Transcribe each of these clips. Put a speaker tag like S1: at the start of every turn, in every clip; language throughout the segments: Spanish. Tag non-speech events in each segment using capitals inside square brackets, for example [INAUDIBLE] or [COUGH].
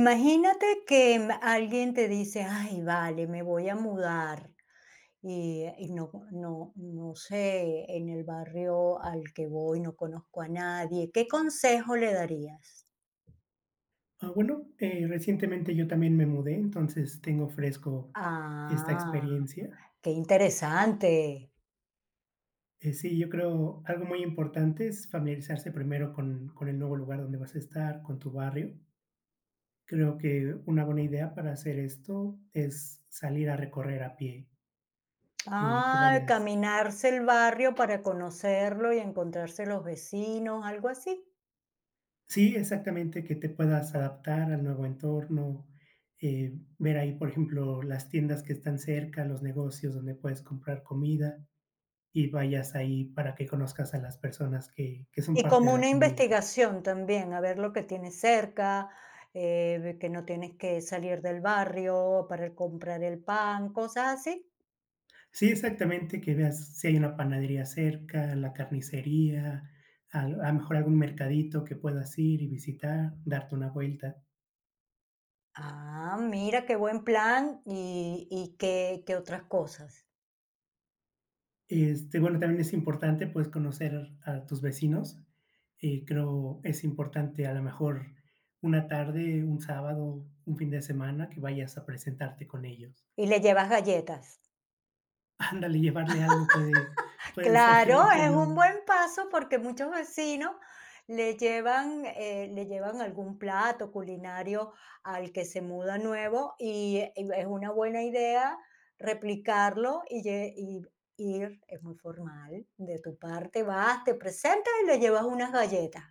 S1: Imagínate que alguien te dice: "Ay, vale, me voy a mudar", y no sé, en el barrio al que voy no conozco a nadie, ¿qué consejo le darías?
S2: Ah, bueno, recientemente yo también me mudé, entonces tengo fresco esta
S1: Ah,
S2: experiencia.
S1: qué interesante.
S2: Sí, yo creo algo muy importante es familiarizarse primero con el nuevo lugar donde vas a estar, con tu barrio. Creo que una buena idea para hacer esto es salir a recorrer a pie, que
S1: Ah,
S2: vayas.
S1: caminarse el barrio para conocerlo y encontrarse los vecinos, ¿algo así?
S2: Sí, exactamente, que te puedas adaptar al nuevo entorno, ver ahí, por ejemplo, las tiendas que están cerca, los negocios donde puedes comprar comida y vayas ahí para que conozcas a las personas que son
S1: Y
S2: parte
S1: como
S2: de la
S1: una
S2: comunidad.
S1: investigación también, a ver lo que tienes cerca, ve que no tienes que salir del barrio para comprar el pan, cosas así.
S2: Sí, exactamente, que veas si hay una panadería cerca, la carnicería, a lo a mejor algún mercadito que puedas ir y visitar, darte una vuelta.
S1: Ah, mira qué buen plan y qué otras cosas.
S2: Bueno, también es importante, pues, conocer a tus vecinos, creo es importante, a lo mejor, una tarde, un sábado, un fin de semana, que vayas a presentarte con ellos.
S1: Y le llevas galletas.
S2: Ándale, llevarle algo puede ser de
S1: Claro,
S2: mucha
S1: es un
S2: ayuda.
S1: buen paso porque muchos vecinos le llevan algún plato culinario al que se muda nuevo y es una buena idea replicarlo y ir, es muy formal, de tu parte vas, te presentas y le llevas unas galletas.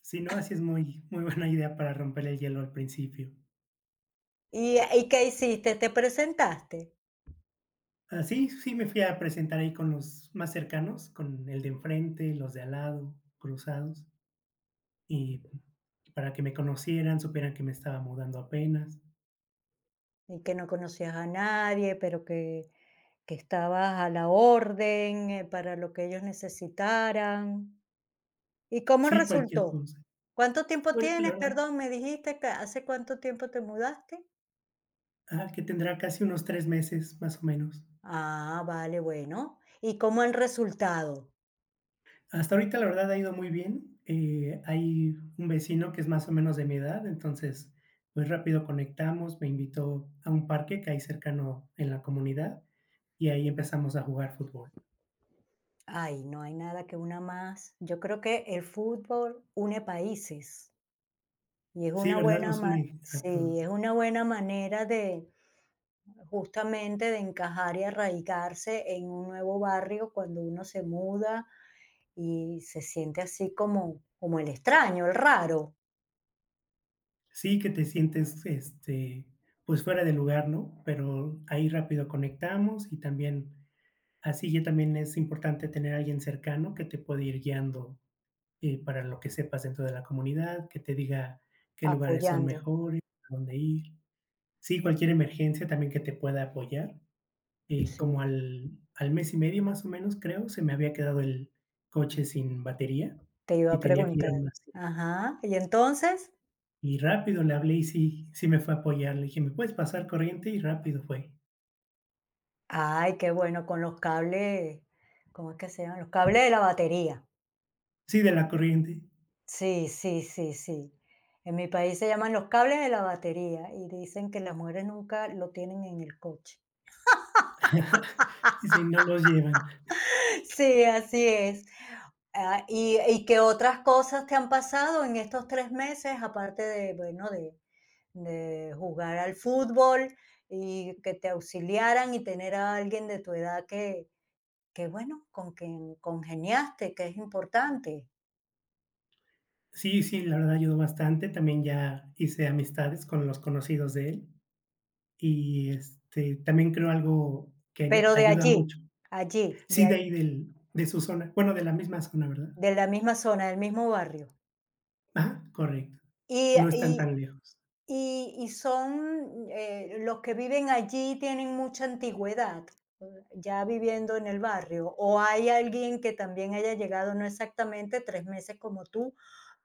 S2: Sí, no, así es muy, muy buena idea para romper el hielo al principio.
S1: ¿Y qué hiciste? ¿Te presentaste?
S2: Ah, sí, sí me fui a presentar ahí con los más cercanos, con el de enfrente, los de al lado, cruzados, y para que me conocieran, supieran que me estaba mudando apenas.
S1: Y que no conocías a nadie, pero que estabas a la orden, para lo que ellos necesitaran. ¿Y cómo
S2: Sí, cualquier
S1: resultó?
S2: cosa.
S1: ¿Cuánto tiempo
S2: Bueno,
S1: tienes?
S2: la verdad,
S1: Perdón, me dijiste que ¿hace cuánto tiempo te mudaste?
S2: que tendrá casi unos 3 meses, más o menos.
S1: Ah, vale, bueno. ¿Y cómo el resultado?
S2: Hasta ahorita, la verdad, ha ido muy bien. Hay un vecino que es más o menos de mi edad, entonces, pues rápido conectamos, me invitó a un parque que hay cercano en la comunidad y ahí empezamos a jugar fútbol.
S1: Ay, no hay nada que una más. Yo creo que el fútbol une países y es
S2: Sí,
S1: una
S2: ¿verdad?
S1: buena
S2: Nos
S1: ma
S2: une a
S1: sí,
S2: todos.
S1: es una buena manera de, justamente, de encajar y arraigarse en un nuevo barrio cuando uno se muda y se siente así como el extraño, el raro,
S2: Sí que te sientes, pues fuera de lugar, ¿no? Pero ahí rápido conectamos y también, así ya también es importante tener a alguien cercano que te puede ir guiando, para lo que sepas dentro de la comunidad, que te diga qué lugares son
S1: apoyando.
S2: mejores, a dónde ir. Sí, cualquier emergencia también que te pueda apoyar. Como
S1: Sí.
S2: al mes y medio más o menos, creo, se me había quedado el coche sin batería
S1: Te iba
S2: y
S1: a
S2: tenía que ir a
S1: preguntar.
S2: una.
S1: Ajá, ¿y entonces?
S2: Y rápido le hablé y sí, sí me fue a apoyar. Le dije: "¿Me puedes pasar corriente?" Y rápido fue.
S1: Ay, qué bueno, con los cables, ¿cómo es que se llaman? Los cables de la batería.
S2: Sí, de la corriente.
S1: Sí, sí, sí, sí. En mi país se llaman los cables de la batería y dicen que las mujeres nunca lo tienen en el coche.
S2: [LAUGHS] Dice: "No los llevan".
S1: [LAUGHS] Sí, así es. Ah, ¿y qué otras cosas te han pasado en estos 3 meses, aparte de, bueno, de jugar al fútbol y que te auxiliaran y tener a alguien de tu edad que bueno, con quien congeniaste, que es importante.
S2: Sí, sí, la verdad ayudó bastante. También ya hice amistades con los conocidos de él y, también creo algo que
S1: Pero de
S2: ayuda
S1: allí,
S2: mucho.
S1: allí, de
S2: Sí, de ahí
S1: allí,
S2: del de su zona, bueno, de la misma zona, ¿verdad?
S1: de la misma zona, del mismo barrio.
S2: Ah, correcto.
S1: Y
S2: No están
S1: y
S2: tan lejos.
S1: y son, los que viven allí tienen mucha antigüedad, eh, ya viviendo en el barrio, o hay alguien que también haya llegado, no exactamente 3 meses como tú,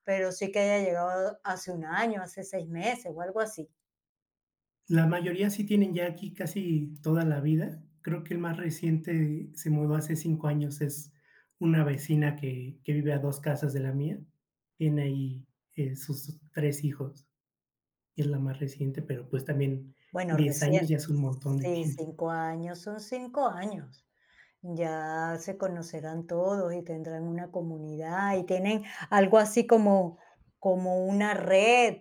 S1: pero sí que haya llegado hace un año, hace 6 meses o algo así.
S2: La mayoría sí tienen ya aquí casi toda la vida. Creo que el más reciente se mudó hace 5 años, es una vecina que vive a 2 casas de la mía. Tiene ahí, sus 3 hijos, y es la más reciente, pero, pues, también
S1: Bueno,
S2: 10 años ya es un
S1: recientes.
S2: montón de
S1: Sí,
S2: tiempo.
S1: 5 años, son 5 años. Ya se conocerán todos y tendrán una comunidad y tienen algo así como una red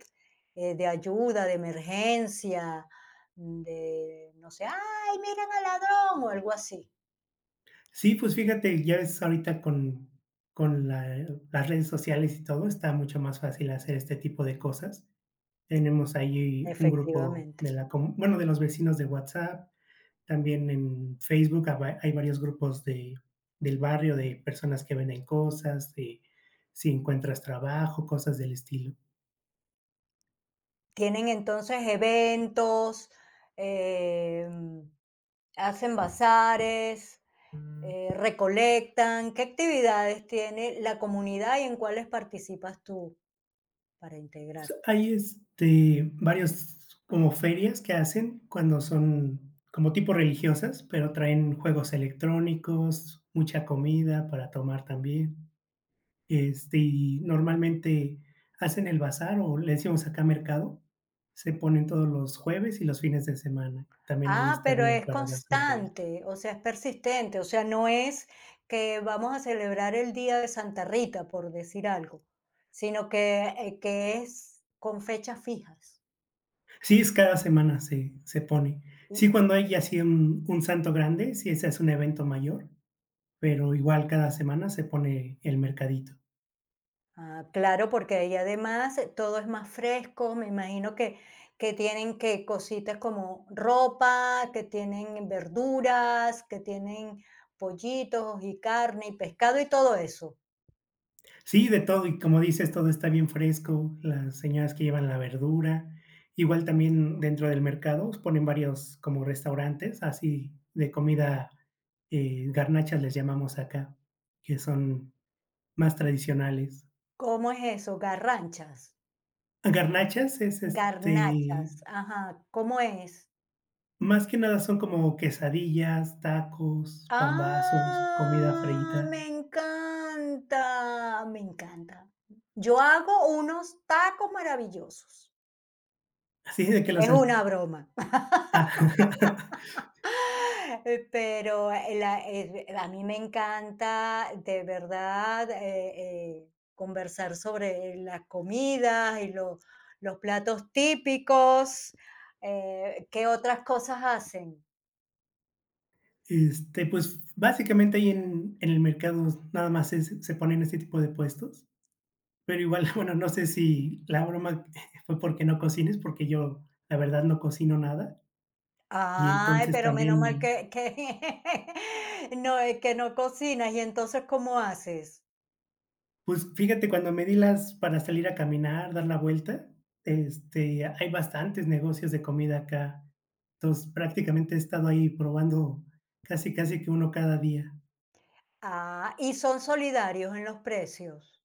S1: de ayuda, de emergencia, de, no sé, ¡ay, miren al ladrón! O algo así,
S2: Sí, pues, fíjate, ya ves ahorita con la las redes sociales y todo, está mucho más fácil hacer este tipo de cosas. Tenemos ahí un grupo de
S1: efectivamente.
S2: la comu bueno, de los vecinos de WhatsApp. También en Facebook aba hay varios grupos de del barrio, de personas que venden cosas, de si encuentras trabajo, cosas del estilo.
S1: Tienen entonces eventos, em, hacen bazares,
S2: Mm.
S1: recolectan. ¿Qué actividades tiene la comunidad y en cuáles participas tú para integrar?
S2: Pues, hay, varios como ferias que hacen cuando son como tipo religiosas, pero traen juegos electrónicos, mucha comida para tomar también. Y normalmente hacen el bazar, o le decimos acá mercado, se ponen todos los jueves y los fines de semana. También ahí
S1: Ah,
S2: está
S1: pero
S2: bien
S1: es
S2: para darse una vuelta.
S1: constante, o sea, es persistente, o sea, no es que vamos a celebrar el día de Santa Rita, por decir algo, sino que es con fechas fijas.
S2: Sí, es cada semana se pone.
S1: Y,
S2: Sí, cuando hay así un santo grande, sí ese es un evento mayor, pero igual cada semana se pone el mercadito.
S1: ah, claro, porque ahí además todo es más fresco, me imagino que tienen que cositas como ropa, que tienen verduras, que tienen pollitos y carne y pescado y todo eso.
S2: Sí, de todo, y como dices, todo está bien fresco, las señoras que llevan la verdura, igual también dentro del mercado pues, ponen varios como restaurantes así de comida, garnachas les llamamos acá, que son más tradicionales.
S1: ¿Cómo es eso? Garranchas.
S2: Garnachas es,
S1: Garnachas, ajá, ¿cómo es?
S2: más que nada son como quesadillas, tacos, pambazos, comida
S1: ¡Ah!
S2: freíta,
S1: Me encanta, me encanta. Yo hago unos tacos maravillosos.
S2: así de que los
S1: Es
S2: haces.
S1: una broma,
S2: Ah. [LAUGHS]
S1: [LAUGHS] pero, la a mí me encanta de verdad, conversar sobre las comidas y lo los platos típicos. ¿Qué otras cosas hacen?
S2: Pues, básicamente ahí en el mercado nada más se ponen ese tipo de puestos, pero igual, [LAUGHS] bueno, no sé si la broma [LAUGHS] fue porque no cocines, porque yo, la verdad, no cocino nada. Y
S1: Ay,
S2: entonces
S1: pero menos mal
S2: también,
S1: que [LAUGHS] no, que no cocinas. ¿Y entonces cómo haces?
S2: pues, fíjate, cuando me di las para salir a caminar, dar la vuelta, hay bastantes negocios de comida acá. Entonces, prácticamente he estado ahí probando casi, casi que uno cada día.
S1: Ah, y son solidarios en los precios.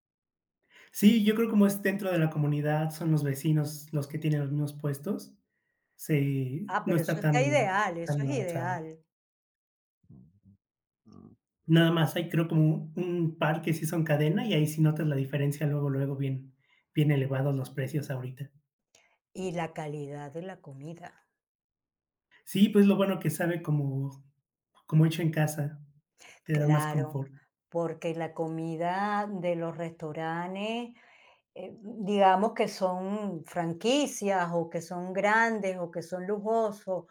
S2: Sí, yo creo como es dentro de la comunidad, son los vecinos los que tienen los mismos puestos. Sí,
S1: Ah,
S2: no
S1: pero
S2: está
S1: eso está
S2: tan
S1: ideal, eso
S2: tan
S1: es
S2: avanzado.
S1: ideal.
S2: Nada más hay, creo, como un par que sí son cadena, y ahí sí notas la diferencia luego, luego, bien bien elevados los precios ahorita.
S1: Y la calidad de la comida.
S2: Sí, pues, lo bueno que sabe como hecho en casa, te da más
S1: Claro,
S2: confort.
S1: porque la comida de los restaurantes, digamos que son franquicias o que son grandes o que son lujosos,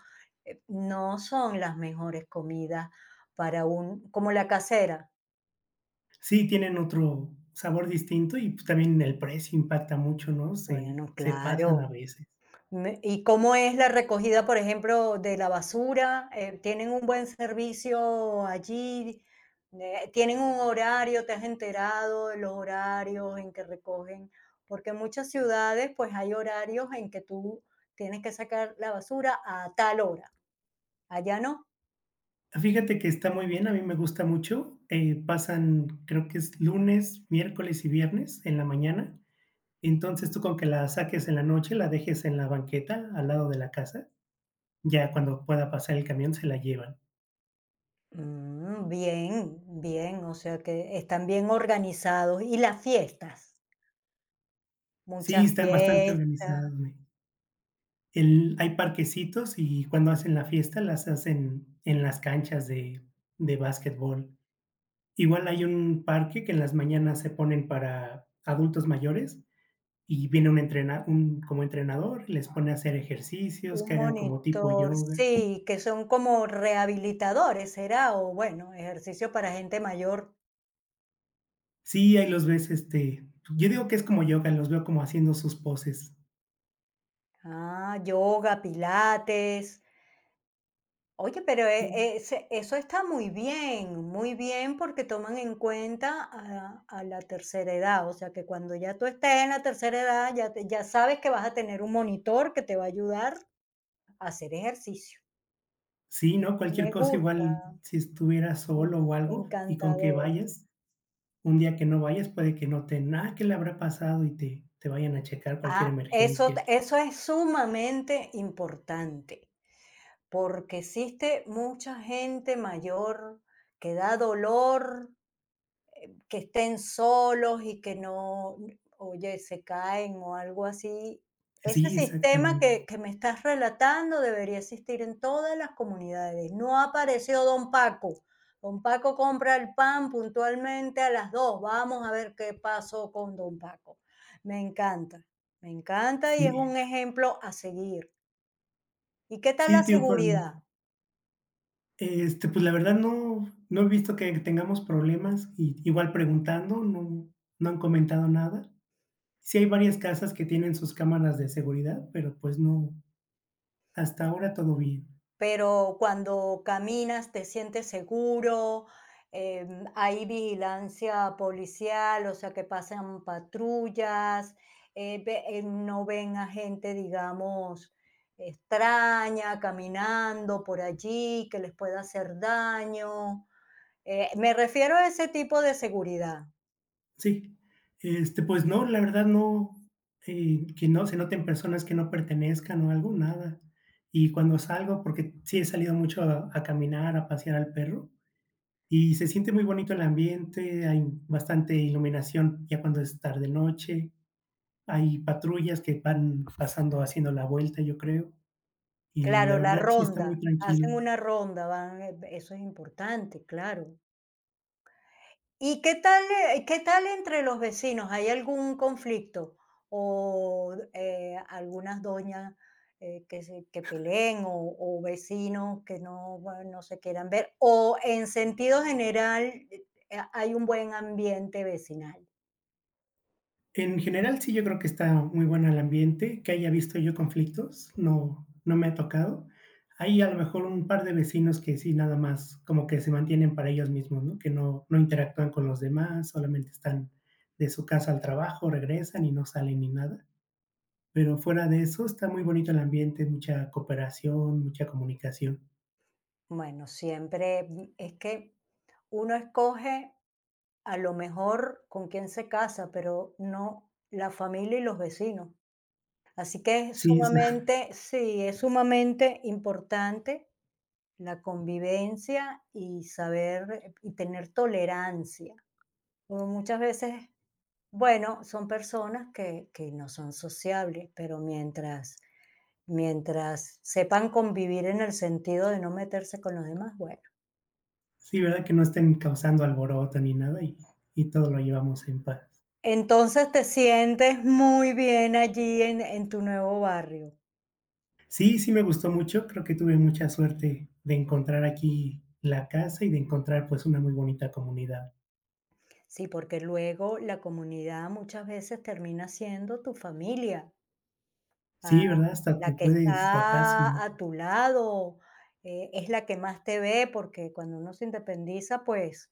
S1: no son las mejores comidas para un como la casera.
S2: Sí, tienen otro sabor distinto y, pues, también el precio impacta mucho, ¿no? Se
S1: Bueno,
S2: se pasan a
S1: claro.
S2: veces.
S1: ¿Y cómo es la recogida, por ejemplo, de la basura? ¿Tienen un buen servicio allí? ¿Tienen un horario? ¿Te has enterado de los horarios en que recogen? Porque en muchas ciudades, pues hay horarios en que tú tienes que sacar la basura a tal hora. Allá no.
S2: Fíjate que está muy bien, a mí me gusta mucho, pasan, creo que es lunes, miércoles y viernes en la mañana. Entonces, tú con que la saques en la noche, la dejes en la banqueta al lado de la casa, ya cuando pueda pasar el camión se la llevan.
S1: Bien, bien, o sea que están bien organizados. ¿Y las fiestas?
S2: Sí,
S1: Muchas
S2: están bastante
S1: fiestas.
S2: organizados, güey. El Hay parquecitos y cuando hacen la fiesta las hacen en las canchas de básquetbol. Igual hay un parque que en las mañanas se ponen para adultos mayores y viene un entrena un como entrenador, les pone a hacer ejercicios,
S1: Un
S2: que hagan como tipo
S1: monitor,
S2: yoga.
S1: sí, que son como rehabilitadores, ¿será? O bueno, ejercicio para gente mayor.
S2: Sí, ahí los ves, yo digo que es como yoga, los veo como haciendo sus poses.
S1: Ah, yoga, pilates. Oye, pero e-
S2: Sí.
S1: ese- eso está muy bien porque toman en cuenta a la tercera edad. O sea, que cuando ya tú estés en la tercera edad, ya sabes que vas a tener un monitor que te va a ayudar a hacer ejercicio.
S2: Sí, ¿no?
S1: Me
S2: Cualquier cosa,
S1: gusta,
S2: igual si estuvieras
S1: mm,
S2: solo o algo, y con que
S1: encantador.
S2: vayas, un día que no vayas, puede que noten, ah, ¿qué le habrá pasado? Y te vayan a checar cualquier
S1: Ah, eso
S2: emergencia.
S1: eso es sumamente importante, porque existe mucha gente mayor que da dolor que estén solos y que no, oye, se caen o algo así. Ese
S2: Sí,
S1: sistema
S2: exactamente.
S1: que me estás relatando debería existir en todas las comunidades. No apareció Don Paco. Don Paco compra el pan puntualmente a las 2:00. Vamos a ver qué pasó con Don Paco. Me encanta, me encanta y es
S2: Sí.
S1: un ejemplo a seguir. ¿Y qué tal la
S2: Sí, tío,
S1: seguridad?
S2: la verdad no he visto que tengamos problemas, y igual preguntando, no han comentado nada. Sí hay varias casas que tienen sus cámaras de seguridad, pero, pues, no, hasta ahora todo bien.
S1: Pero cuando caminas te sientes seguro, hay vigilancia policial, o sea, que pasan patrullas, no ven a gente, digamos, extraña caminando por allí, que les pueda hacer daño. Me refiero a ese tipo de seguridad.
S2: Sí, pues no, la verdad no, que no se noten personas que no pertenezcan o algo, nada. Y cuando salgo, porque sí he salido mucho a caminar, a pasear al perro, y se siente muy bonito el ambiente, hay bastante iluminación ya cuando es tarde noche, hay patrullas que van pasando haciendo la vuelta, yo creo, y la
S1: Claro, la
S2: verdad sí está muy
S1: ronda, hacen
S2: tranquilo.
S1: una ronda, van, eso es importante, claro. ¿Y qué tal entre los vecinos? ¿Hay algún conflicto? ¿O algunas doñas que peleen o vecinos que no se quieran ver? ¿O en sentido general hay un buen ambiente vecinal?
S2: En general, sí, yo creo que está muy bueno el ambiente, que haya visto yo conflictos, no, no me ha tocado. Hay a lo mejor un par de vecinos que sí, nada más como que se mantienen para ellos mismos, ¿no? Que no, no interactúan con los demás, solamente están de su casa al trabajo, regresan y no salen ni nada. Pero fuera de eso, está muy bonito el ambiente, mucha cooperación, mucha comunicación.
S1: Bueno, siempre es que uno escoge a lo mejor con quién se casa, pero no la familia y los vecinos. Así que es
S2: Sí, [LAUGHS]
S1: sumamente, sí, es sumamente importante la convivencia y saber y tener tolerancia. Como muchas veces, bueno, son personas que no son sociables, pero mientras sepan convivir en el sentido de no meterse con los demás, bueno.
S2: sí, verdad que no estén causando alboroto ni nada y todo lo llevamos en paz.
S1: Entonces te sientes muy bien allí en tu nuevo barrio.
S2: Sí, sí me gustó mucho, creo que tuve mucha suerte de encontrar aquí la casa y de encontrar, pues, una muy bonita comunidad.
S1: Sí, porque luego la comunidad muchas veces termina siendo tu familia. Ah,
S2: Sí, ¿verdad? Hasta
S1: la
S2: te
S1: que
S2: puedes sacar
S1: está
S2: sin
S1: a tu lado, es la que más te ve, porque cuando uno se independiza, pues,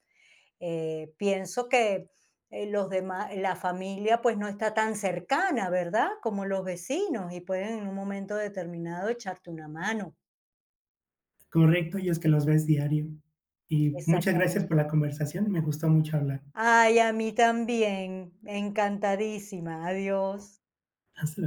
S1: pienso que, los demás la familia, pues, no está tan cercana, ¿verdad? Como los vecinos, y pueden en un momento determinado echarte una mano.
S2: correcto, y es que los ves diario. Y muchas gracias
S1: Exactamente.
S2: por la conversación, me gustó mucho hablar.
S1: Ay, a mí también, encantadísima, adiós.
S2: Hasta luego.